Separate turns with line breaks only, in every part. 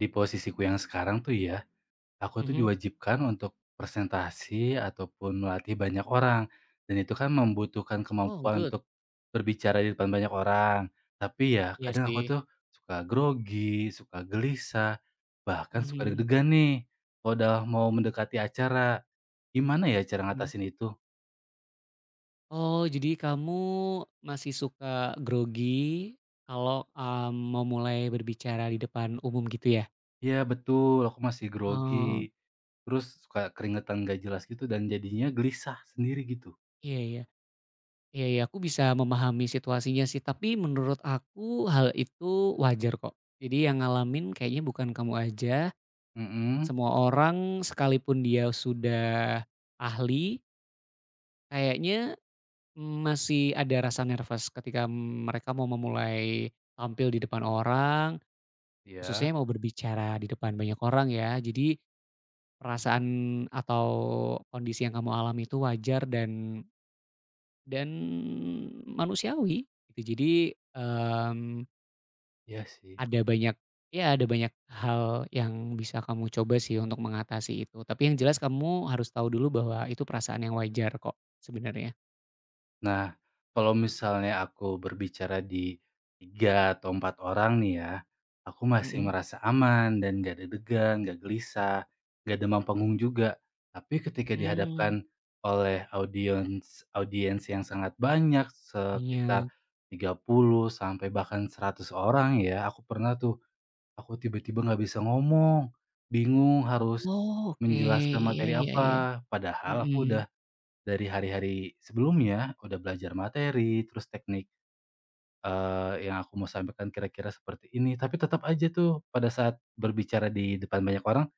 Di posisiku yang sekarang tuh ya, aku tuh
Mhm.
diwajibkan untuk presentasi ataupun melatih banyak orang. Dan itu kan membutuhkan
Oh,
kemampuan
good.
untuk berbicara di depan banyak orang. Tapi ya
Iya
kadang
sih.
aku tuh suka grogi, suka gelisah, bahkan suka
Mhm,
deg-degan nih. Kalau udah mau mendekati acara, gimana ya cara
mhm.
ngatasin itu?
Oh, jadi kamu masih suka grogi kalau, mau mulai berbicara di depan umum gitu ya?
Ya betul, aku masih grogi,
Oh,
terus suka keringetan gak jelas gitu dan jadinya gelisah sendiri gitu.
iya iya. Iya iya, aku bisa memahami situasinya sih, tapi menurut aku hal itu wajar kok. Jadi yang ngalamin kayaknya bukan kamu aja,
Mhm,
semua orang sekalipun dia sudah ahli, kayaknya masih ada rasa nervous ketika mereka mau memulai tampil di depan orang,
ya
khususnya mau berbicara di depan banyak orang ya. Jadi perasaan atau kondisi yang kamu alami itu wajar dan manusiawi gitu. Jadi,
ya sih.
ada banyak hal yang bisa kamu coba sih untuk mengatasi itu. Tapi yang jelas kamu harus tahu dulu bahwa itu perasaan yang wajar kok sebenarnya.
Nah, kalau misalnya aku berbicara di 3 atau 4 orang nih ya, aku masih
Mhm.
merasa aman dan gak ada degan gak gelisah, gak demam panggung juga. Tapi ketika
Mmm,
dihadapkan oleh audiens audiens yang sangat banyak,
iya.
sekitar 30 sampai bahkan 100 orang ya, aku pernah tuh, aku tiba-tiba nggak bisa ngomong, bingung harus
Oh, oke.
menjelaskan
Iya
materi
iya iya.
apa, padahal aku
Mhm.
udah dari hari-hari sebelumnya, udah belajar materi, terus teknik, yang aku mau sampaikan kira-kira seperti ini, tapi tetap aja tuh pada saat berbicara di depan banyak orang,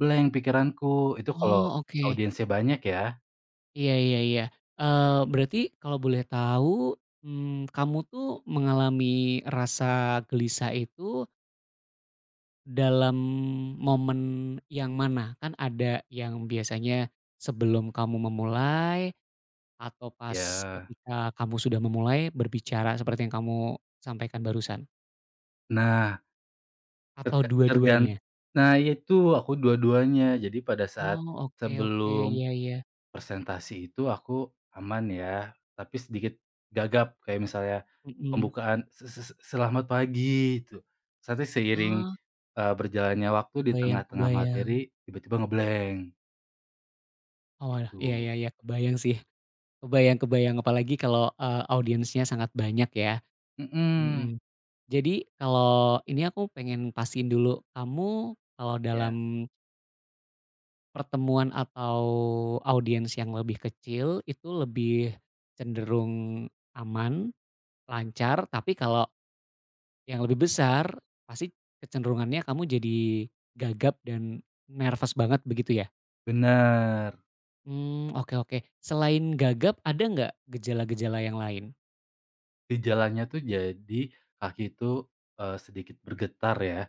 blank pikiranku. Itu kalau
Oh, oke.
audiensnya banyak ya.
Iya iya iya. Berarti kalau boleh tahu, kamu tuh mengalami rasa gelisah itu dalam momen yang mana? Kan ada yang biasanya sebelum kamu memulai atau pas
Ya.
ketika kamu sudah memulai berbicara seperti yang kamu sampaikan barusan?
Nah,
Atau dua-duanya?
tergantung nah, ya itu aku dua-duanya. Jadi pada saat
Oh, oke oke.
sebelum
Iya iya.
presentasi itu aku aman ya, tapi sedikit gagap kayak misalnya
Mhm.
pembukaan, "Se se se selamat pagi," itu. Terus nanti seiring,
Ah,
berjalannya waktu di
kebayang
tengah-tengah
kebayang.
materi tiba-tiba ngeblank
Oh, walah, iya
gitu.
iya iya, kebayang sih, kebayang kebayang, apalagi kalau, audiensnya sangat banyak ya,
Mhm,
mhm. Jadi kalau ini aku pengen pastiin dulu, kamu kalau
ya
dalam pertemuan atau audiens yang lebih kecil itu lebih cenderung aman, lancar, tapi kalau yang lebih besar pasti kecenderungannya kamu jadi gagap dan nervous banget begitu ya?
bener.
Mmm, oke oke. Selain gagap ada nggak gejala-gejala yang lain?
Gejalanya tuh jadi kaki itu, sedikit bergetar ya.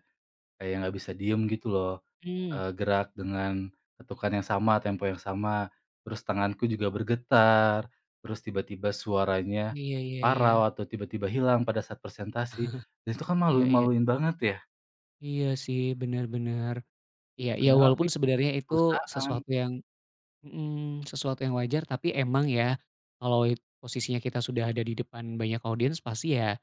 Kayak nggak bisa diem gitu loh,
Mmm.
gerak dengan ketukan yang sama, tempo yang sama, terus tanganku juga bergetar, terus tiba-tiba suaranya
Iya iya iya.
parau atau tiba-tiba hilang pada saat presentasi, dan itu kan
Iya
maluin
iya.
maluin banget ya,
Iya sih, benar-benar, iya iya,
padahal aku
walaupun
ikut
sebenarnya itu
perusahaan.
sesuatu yang mhm, sesuatu yang wajar tapi emang ya, kalau posisinya kita sudah ada di depan banyak audiens pasti ya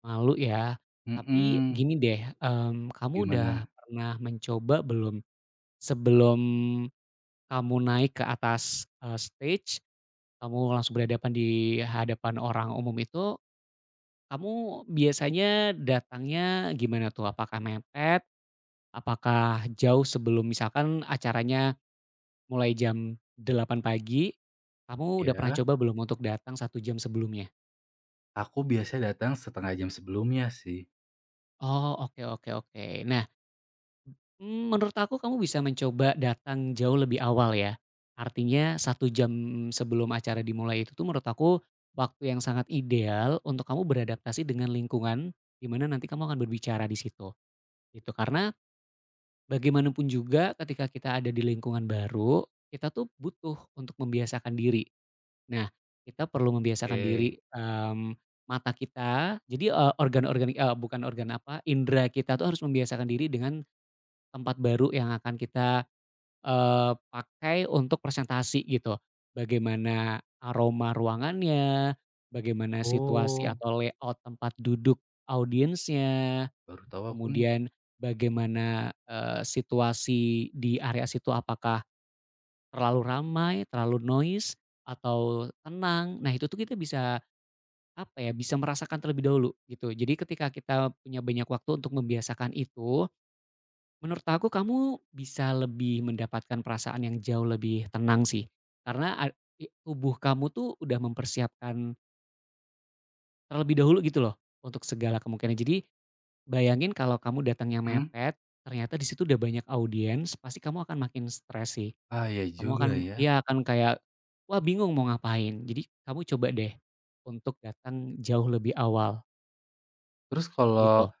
malu ya. Tapi
Mhm,
gini deh, kamu udah
gimana?
pernah mencoba belum, sebelum kamu naik ke atas, stage, kamu langsung berhadapan di hadapan orang umum itu, kamu biasanya datangnya gimana tuh? Apakah jauh sebelum misalkan acaranya mulai jam 8 pagi, kamu udah pernah
Ya,
coba belum untuk datang 1 jam sebelumnya?
aku biasanya datang setengah jam sebelumnya sih.
Oh, oke oke oke. Nah, menurut aku kamu bisa mencoba datang jauh lebih awal ya. Artinya 1 jam sebelum acara dimulai itu tuh menurut aku waktu yang sangat ideal untuk kamu beradaptasi dengan lingkungan di mana nanti kamu akan berbicara di situ, gitu. Karena bagaimanapun juga ketika kita ada di lingkungan baru, kita tuh butuh untuk membiasakan diri. Nah, kita perlu membiasakan diri,
Oke.
mata kita jadi, organ-organ bukan organ apa, indera kita tuh harus membiasakan diri dengan tempat baru yang akan kita, pakai untuk presentasi gitu. Bagaimana aroma ruangannya, bagaimana situasi
Oh,
atau layout tempat duduk audiensnya,
baru tahu aku nih.
kemudian bagaimana, situasi di area situ apakah terlalu ramai, terlalu noise, atau tenang. Nah, itu tuh kita bisa, apa ya, bisa merasakan terlebih dahulu, gitu. Jadi ketika kita punya banyak waktu untuk membiasakan itu, menurut aku kamu bisa lebih mendapatkan perasaan yang jauh lebih tenang sih. Karena ad i tubuh kamu tuh udah mempersiapkan terlebih dahulu gitu loh, untuk segala kemungkinan. Jadi, bayangin kalau kamu datangnya
Mhm,
mepet, ternyata di situ udah banyak audiens, pasti kamu akan makin stres sih.
ah, ya
Kamu akan,
juga ya.
iya, akan kayak, wah bingung mau ngapain. Jadi kamu coba deh untuk datang jauh lebih awal
Terus kalau
gitu.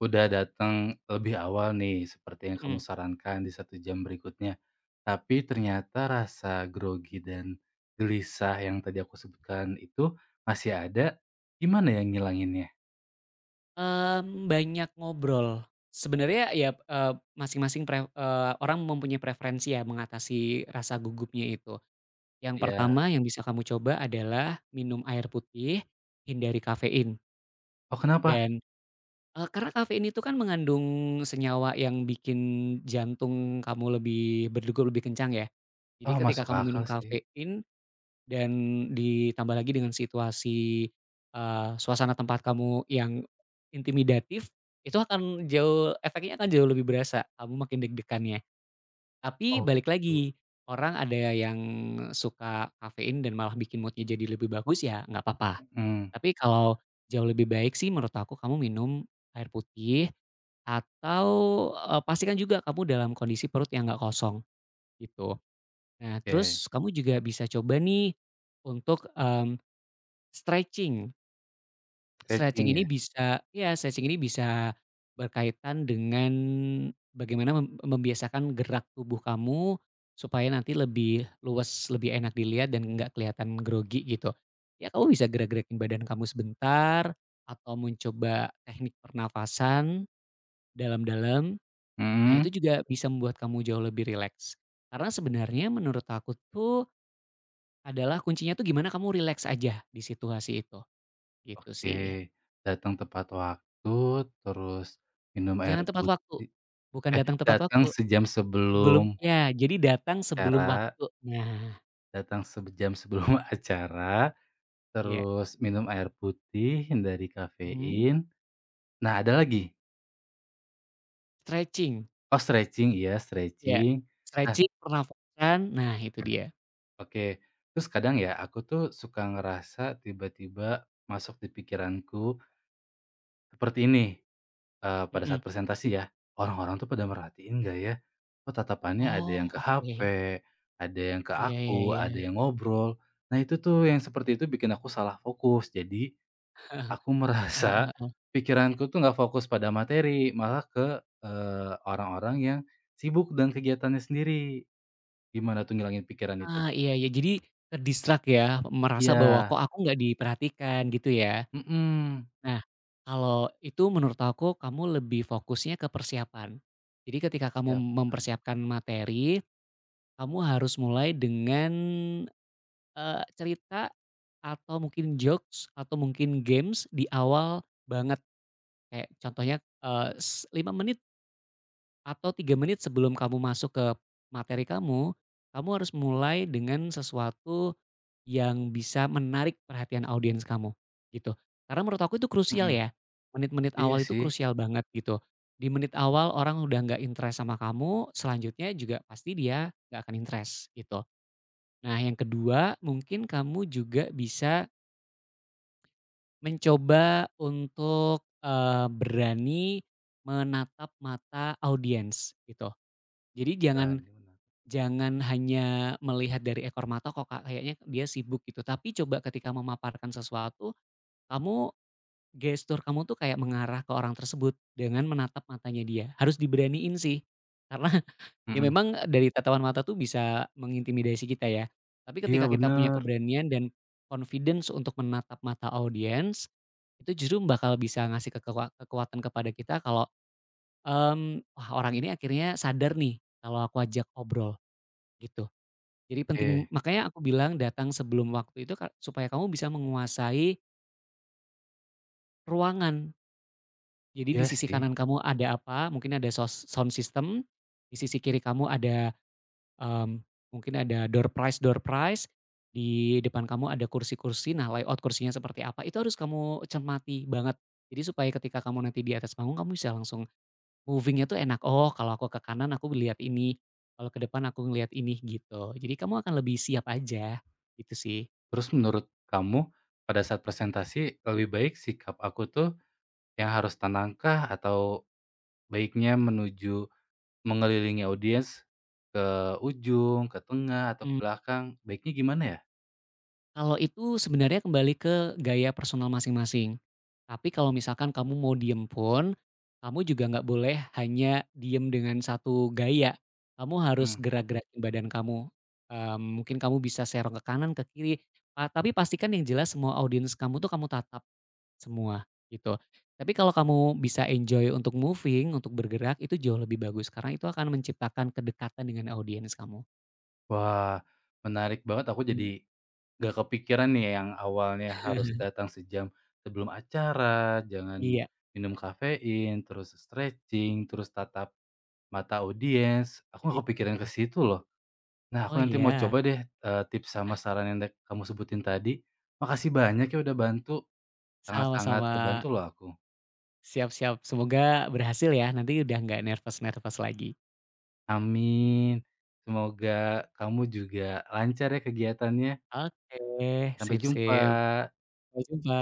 udah datang lebih awal nih, seperti yang kamu
Mhm.
sarankan di 1 jam berikutnya. Tapi ternyata rasa grogi dan gelisah yang tadi aku sebutkan itu masih ada, gimana ya ngilanginnya?
Banyak ngobrol. Sebenarnya ya, masing-masing orang mempunyai preferensi ya mengatasi rasa gugupnya itu. Yang
Ya.
pertama yang bisa kamu coba adalah minum air putih, hindari kafein
Oh kenapa?
dan, karena kafein itu kan mengandung senyawa yang bikin jantung kamu lebih berdegup lebih kencang ya. Jadi
Oh
ketika
masuk
kamu minum
akal sih.
kafein dan ditambah lagi dengan situasi, suasana tempat kamu yang intimidatif, itu akan jauh efeknya akan jauh lebih berasa, kamu makin deg-degannya. Tapi
Oh
balik
gitu.
lagi, orang ada yang suka kafein dan malah bikin moodnya jadi lebih bagus, ya nggak apa-apa.
Mhm,
Tapi kalau jauh lebih baik sih menurut aku kamu minum air putih atau, pastikan juga kamu dalam kondisi perut yang nggak kosong, gitu. Nah,
oke.
terus kamu juga bisa coba nih untuk stretching. Stretching
Stretching
ini
ya?
bisa ya stretching ini bisa berkaitan dengan bagaimana membiasakan gerak tubuh kamu supaya nanti lebih luas, lebih enak dilihat dan nggak kelihatan grogi gitu. Ya kamu bisa gerak-gerakin badan kamu sebentar atau mencoba teknik pernafasan dalam-dalam. Nah itu
Mhm,
juga bisa membuat kamu jauh lebih rileks. Karena sebenarnya menurut aku tuh adalah kuncinya tuh gimana kamu rileks aja di situasi itu, gitu
oke.
sih.
Datang tepat waktu, terus minum air
Jangan tepat waktu,
putih.
bukan
Eh
datang tepat
datang
waktu,
sejam
sebelum
sebelum
ya, jadi datang sebelum
acara.
waktu. Nah,
Datang sejam sebelum acara,
iya,
terus minum air putih, hindari
mhm,
kafein. Nah, ada lagi,
stretching,
oh stretching, iya
iya,
stretching. Nah,
stretching, pernafasan, nah itu dia,
oke. Terus kadang ya aku tuh suka ngerasa tiba-tiba masuk di pikiranku seperti ini, pada saat
mhm.
presentasi ya, "Orang-orang tuh pada merhatiin nggak ya? Oh tatapannya ada yang
Oh,
ke HP,
oke,
ada yang ke
iya iya
aku, ada
iya,
yang ngobrol." Nah, itu tuh yang seperti itu bikin aku salah fokus. Jadi aku
heeh heeh
merasa
heeh.
pikiranku tuh nggak fokus pada materi, malah ke, eee, orang-orang yang sibuk dengan kegiatannya sendiri. Gimana tuh ngilangin pikiran itu?
Ah, iya iya, jadi ke-distract ya, merasa bahwa
Iya,
kok aku nggak diperhatikan gitu ya.
mhm.
Nah, kalau itu menurut aku kamu lebih fokusnya ke persiapan. Jadi ketika kamu
Siap paham,
mempersiapkan materi, kamu harus mulai dengan cerita atau mungkin jokes atau mungkin games di awal banget kayak contohnya, eee, s 5 menit atau 3 menit sebelum kamu masuk ke materi kamu, kamu harus mulai dengan sesuatu yang bisa menarik perhatian audiens kamu, gitu. Karena menurut aku itu krusial
mhm.
ya, menit-menit
Iya
awal itu
sih,
krusial banget gitu. Di menit awal orang udah nggak interest sama kamu, selanjutnya juga pasti dia nggak akan interest gitu. Nah yang kedua mungkin kamu juga bisa mencoba untuk, berani menatap mata audiens gitu. Jadi jangan
berani menang, iya,
jangan hanya melihat dari ekor mata kok Kak, kayaknya dia sibuk gitu, tapi coba ketika memaparkan sesuatu, kamu gestur kamu tuh kayak mengarah ke orang tersebut dengan menatap matanya dia. Harus diberaniin sih, karena ya
mhm.
memang dari tatapan mata tuh bisa mengintimidasi kita ya, tapi
Iya
ketika kita punya
bener,
keberanian dan confidence untuk menatap mata audiens, itu justru bakal bisa ngasih kekuatan kepada kita kalau, "Wah orang ini akhirnya sadar nih kalau aku ajak obrol gitu." Jadi penting
eh,
makanya aku bilang datang sebelum waktu itu supaya kamu bisa menguasai ruangan. Jadi di
iya
sisi
sih.
kanan kamu ada apa, mungkin ada sound system, di sisi kiri kamu ada Mmm, mungkin ada door prize-door prize, di depan kamu ada kursi-kursi, nah layout kursinya seperti apa, itu harus kamu cermati banget. Jadi supaya ketika kamu nanti di atas panggung kamu bisa langsung movingnya tuh enak, "Oh kalau aku ke kanan aku lihat ini, kalau ke depan aku ngelihat ini," gitu. Jadi kamu akan lebih siap aja, gitu sih.
Terus menurut kamu, pada saat presentasi lebih baik sikap aku tuh yang harus tenangkah atau baiknya menuju mengelilingi audiens, ke ujung, ke tengah, atau ke belakang, baiknya gimana ya?
Kalau itu sebenarnya kembali ke gaya personal masing-masing. Tapi kalau misalkan kamu mau diem pun, kamu juga nggak boleh hanya diem dengan satu gaya. Kamu harus
Mmm,
gerak-gerakin badan kamu. Mungkin kamu bisa serong ke kanan, ke kiri, tapi pastikan yang jelas semua audiens kamu tuh kamu tatap semua, gitu. Tapi kalau kamu bisa enjoy untuk moving, untuk bergerak, itu jauh lebih bagus karena itu akan menciptakan kedekatan dengan audiens kamu.
wah, menarik banget aku jadi
Mhm,
nggak kepikiran nih yang awalnya harus datang sejam sebelum acara, jangan
iya,
minum kafein, terus stretching, terus tatap mata audiens, aku nggak
iya.
kepikiran ke situ loh. Nah, aku
Oh,
nanti mau
iya?
coba deh, tips sama saran yang da kamu sebutin tadi. Makasih banyak ya udah bantu, sangat-sangat
Sama-sama,
terbantu loh aku.
siap-siap. Semoga berhasil ya, nanti udah nggak nervous-nervous lagi.
Amin. Semoga kamu juga lancar ya kegiatannya.
Oke,
Sampai
sip
jumpa.
sip. Sampai jumpa.